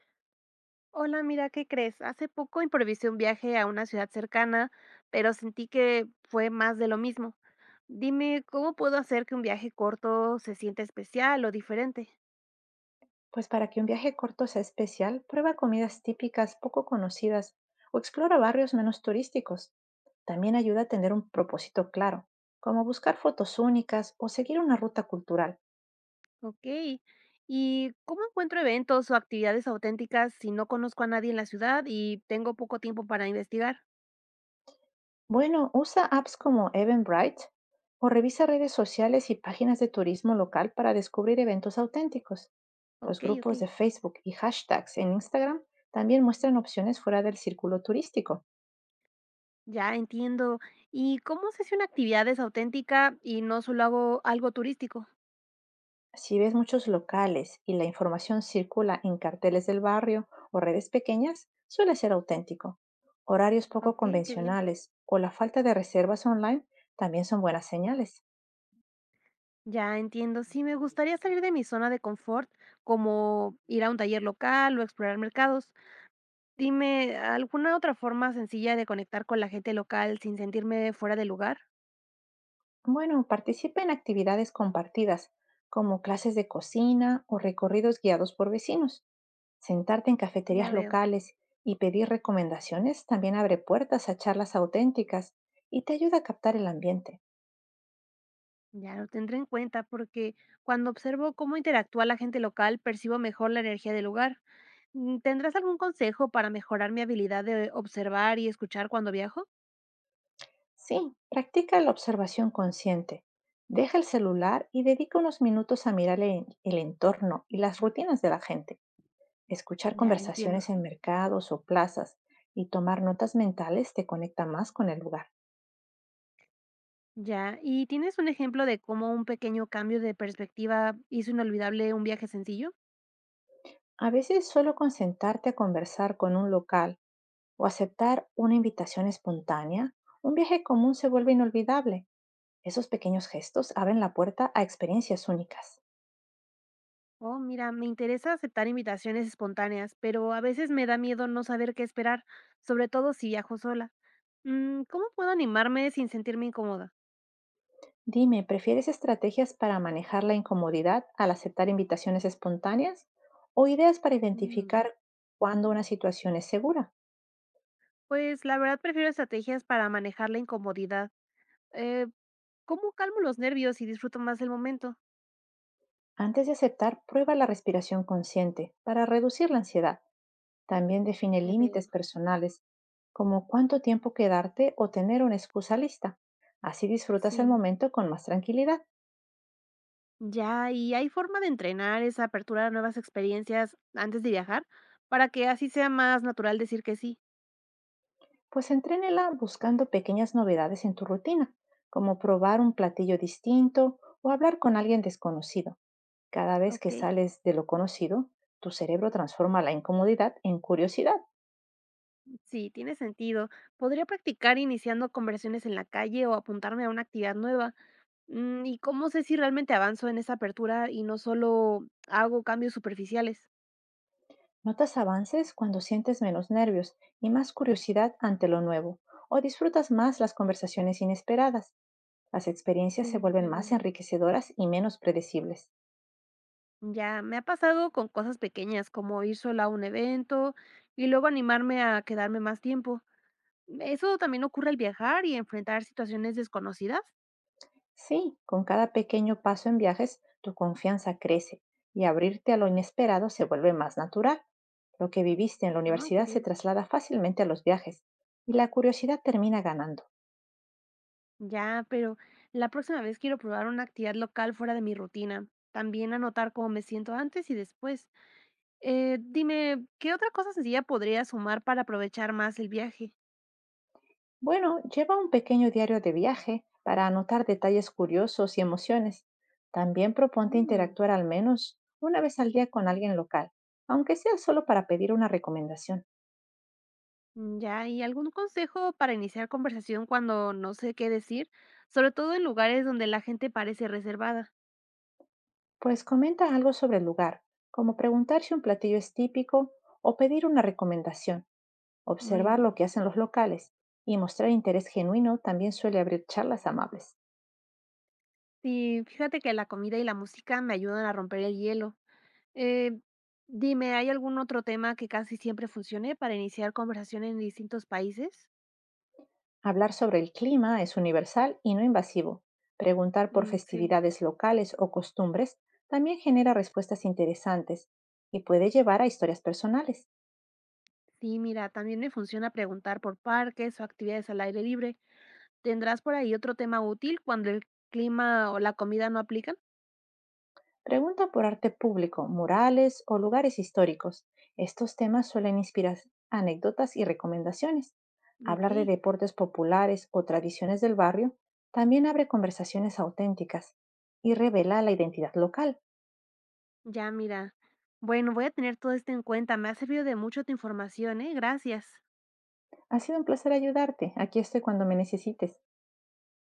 Hola, mira, ¿qué crees? Hace poco improvisé un viaje a una ciudad cercana, pero sentí que fue más de lo mismo. Dime, ¿cómo puedo hacer que un viaje corto se sienta especial o diferente? Pues para que un viaje corto sea especial, prueba comidas típicas poco conocidas o explora barrios menos turísticos. También ayuda a tener un propósito claro, como buscar fotos únicas o seguir una ruta cultural. Ok. ¿Y cómo encuentro eventos o actividades auténticas si no conozco a nadie en la ciudad y tengo poco tiempo para investigar? Bueno, usa apps como Eventbrite o revisa redes sociales y páginas de turismo local para descubrir eventos auténticos. Ok, Los ok. grupos de Facebook y hashtags en Instagram también muestran opciones fuera del círculo turístico. Ya entiendo. ¿Y cómo se hace una actividad es auténtica y no solo hago algo turístico? Si ves muchos locales y la información circula en carteles del barrio o redes pequeñas, suele ser auténtico. Horarios poco Ok, qué bien. convencionales o la falta de reservas online también son buenas señales. Ya entiendo. Sí, me gustaría salir de mi zona de confort, como ir a un taller local o explorar mercados. Dime, ¿alguna otra forma sencilla de conectar con la gente local sin sentirme fuera de lugar? Bueno, participa en actividades compartidas, como clases de cocina o recorridos guiados por vecinos. Sentarte en Ya cafeterías veo. locales y pedir recomendaciones también abre puertas a charlas auténticas y te ayuda a captar el ambiente. Ya lo tendré en cuenta porque cuando observo cómo interactúa la gente local, percibo mejor la energía del lugar. ¿Tendrás algún consejo para mejorar mi habilidad de observar y escuchar cuando viajo? Sí, practica la observación consciente. Deja el celular y dedica unos minutos a mirar el entorno y las rutinas de la gente. Escuchar Ya entiendo. conversaciones en mercados o plazas y tomar notas mentales te conecta más con el lugar. Ya. ¿Y tienes un ejemplo de cómo un pequeño cambio de perspectiva hizo inolvidable un viaje sencillo? A veces solo con sentarte a conversar con un local o aceptar una invitación espontánea, un viaje común se vuelve inolvidable. Esos pequeños gestos abren la puerta a experiencias únicas. Oh, mira, me interesa aceptar invitaciones espontáneas, pero a veces me da miedo no saber qué esperar, sobre todo si viajo sola. ¿Cómo puedo animarme sin sentirme incómoda? Dime, ¿prefieres estrategias para manejar la incomodidad al aceptar invitaciones espontáneas o ideas para identificar Mm, cuándo una situación es segura? pues la verdad prefiero estrategias para manejar la incomodidad. Eh, ¿Cómo calmo los nervios y disfruto más el momento? Antes de aceptar, prueba la respiración consciente para reducir la ansiedad. También define Ya veo. límites personales, como cuánto tiempo quedarte o tener una excusa lista. Así disfrutas el Sí. momento con más tranquilidad. Ya, ¿y hay forma de entrenar esa apertura a nuevas experiencias antes de viajar para que así sea más natural decir que sí? Pues entrénela buscando pequeñas novedades en tu rutina, como probar un platillo distinto o hablar con alguien desconocido. Cada vez Ok. que sales de lo conocido, tu cerebro transforma la incomodidad en curiosidad. Sí, tiene sentido. Podría practicar iniciando conversiones en la calle o apuntarme a una actividad nueva. ¿Y cómo sé si realmente avanzo en esa apertura y no solo hago cambios superficiales? Notas avances cuando sientes menos nervios y más curiosidad ante lo nuevo, o disfrutas más las conversaciones inesperadas. Las experiencias se Sí, vuelven ya más veo. enriquecedoras y menos predecibles. Ya, me ha pasado con cosas pequeñas como ir sola a un evento y luego animarme a quedarme más tiempo. ¿Eso también ocurre al viajar y enfrentar situaciones desconocidas? Sí, con cada pequeño paso en viajes, tu confianza crece y abrirte a lo inesperado se vuelve más natural. Lo que viviste en la Ah, qué universidad se bien. traslada fácilmente a los viajes y la curiosidad termina ganando. Ya, pero la próxima vez quiero probar una actividad local fuera de mi rutina. También anotar cómo me siento antes y después. Dime, ¿qué otra cosa sencilla podría sumar para aprovechar más el viaje? Bueno, lleva un pequeño diario de viaje para anotar detalles curiosos y emociones. También proponte Mm, interactuar al menos una vez al día con alguien local, aunque sea solo para pedir una recomendación. ya, ¿y algún consejo para iniciar conversación cuando no sé qué decir? Sobre todo en lugares donde la gente parece reservada. Pues comenta algo sobre el lugar, como preguntar si un platillo es típico o pedir una recomendación, Muy observar lo bien. que hacen los locales y mostrar interés genuino también suele abrir charlas amables. Sí, fíjate que la comida y la música me ayudan a romper el hielo. Eh, dime, ¿hay algún otro tema que casi siempre funcione para iniciar conversaciones en distintos países? Hablar sobre el clima es universal y no invasivo. Preguntar por Mm, sí. festividades locales o costumbres también genera respuestas interesantes y puede llevar a historias personales. Sí, mira, también me funciona preguntar por parques o actividades al aire libre. ¿Tendrás por ahí otro tema útil cuando el clima o la comida no aplican? Pregunta por arte público, murales o lugares históricos. Estos temas suelen inspirar anécdotas y recomendaciones. Ok, Hablar de deportes populares o tradiciones del barrio también abre conversaciones auténticas y revela la identidad local. ya mira. Bueno, voy a tener todo esto en cuenta. Me ha servido de mucho tu información, ¿eh? Gracias. Ha sido un placer ayudarte. Aquí estoy cuando me necesites.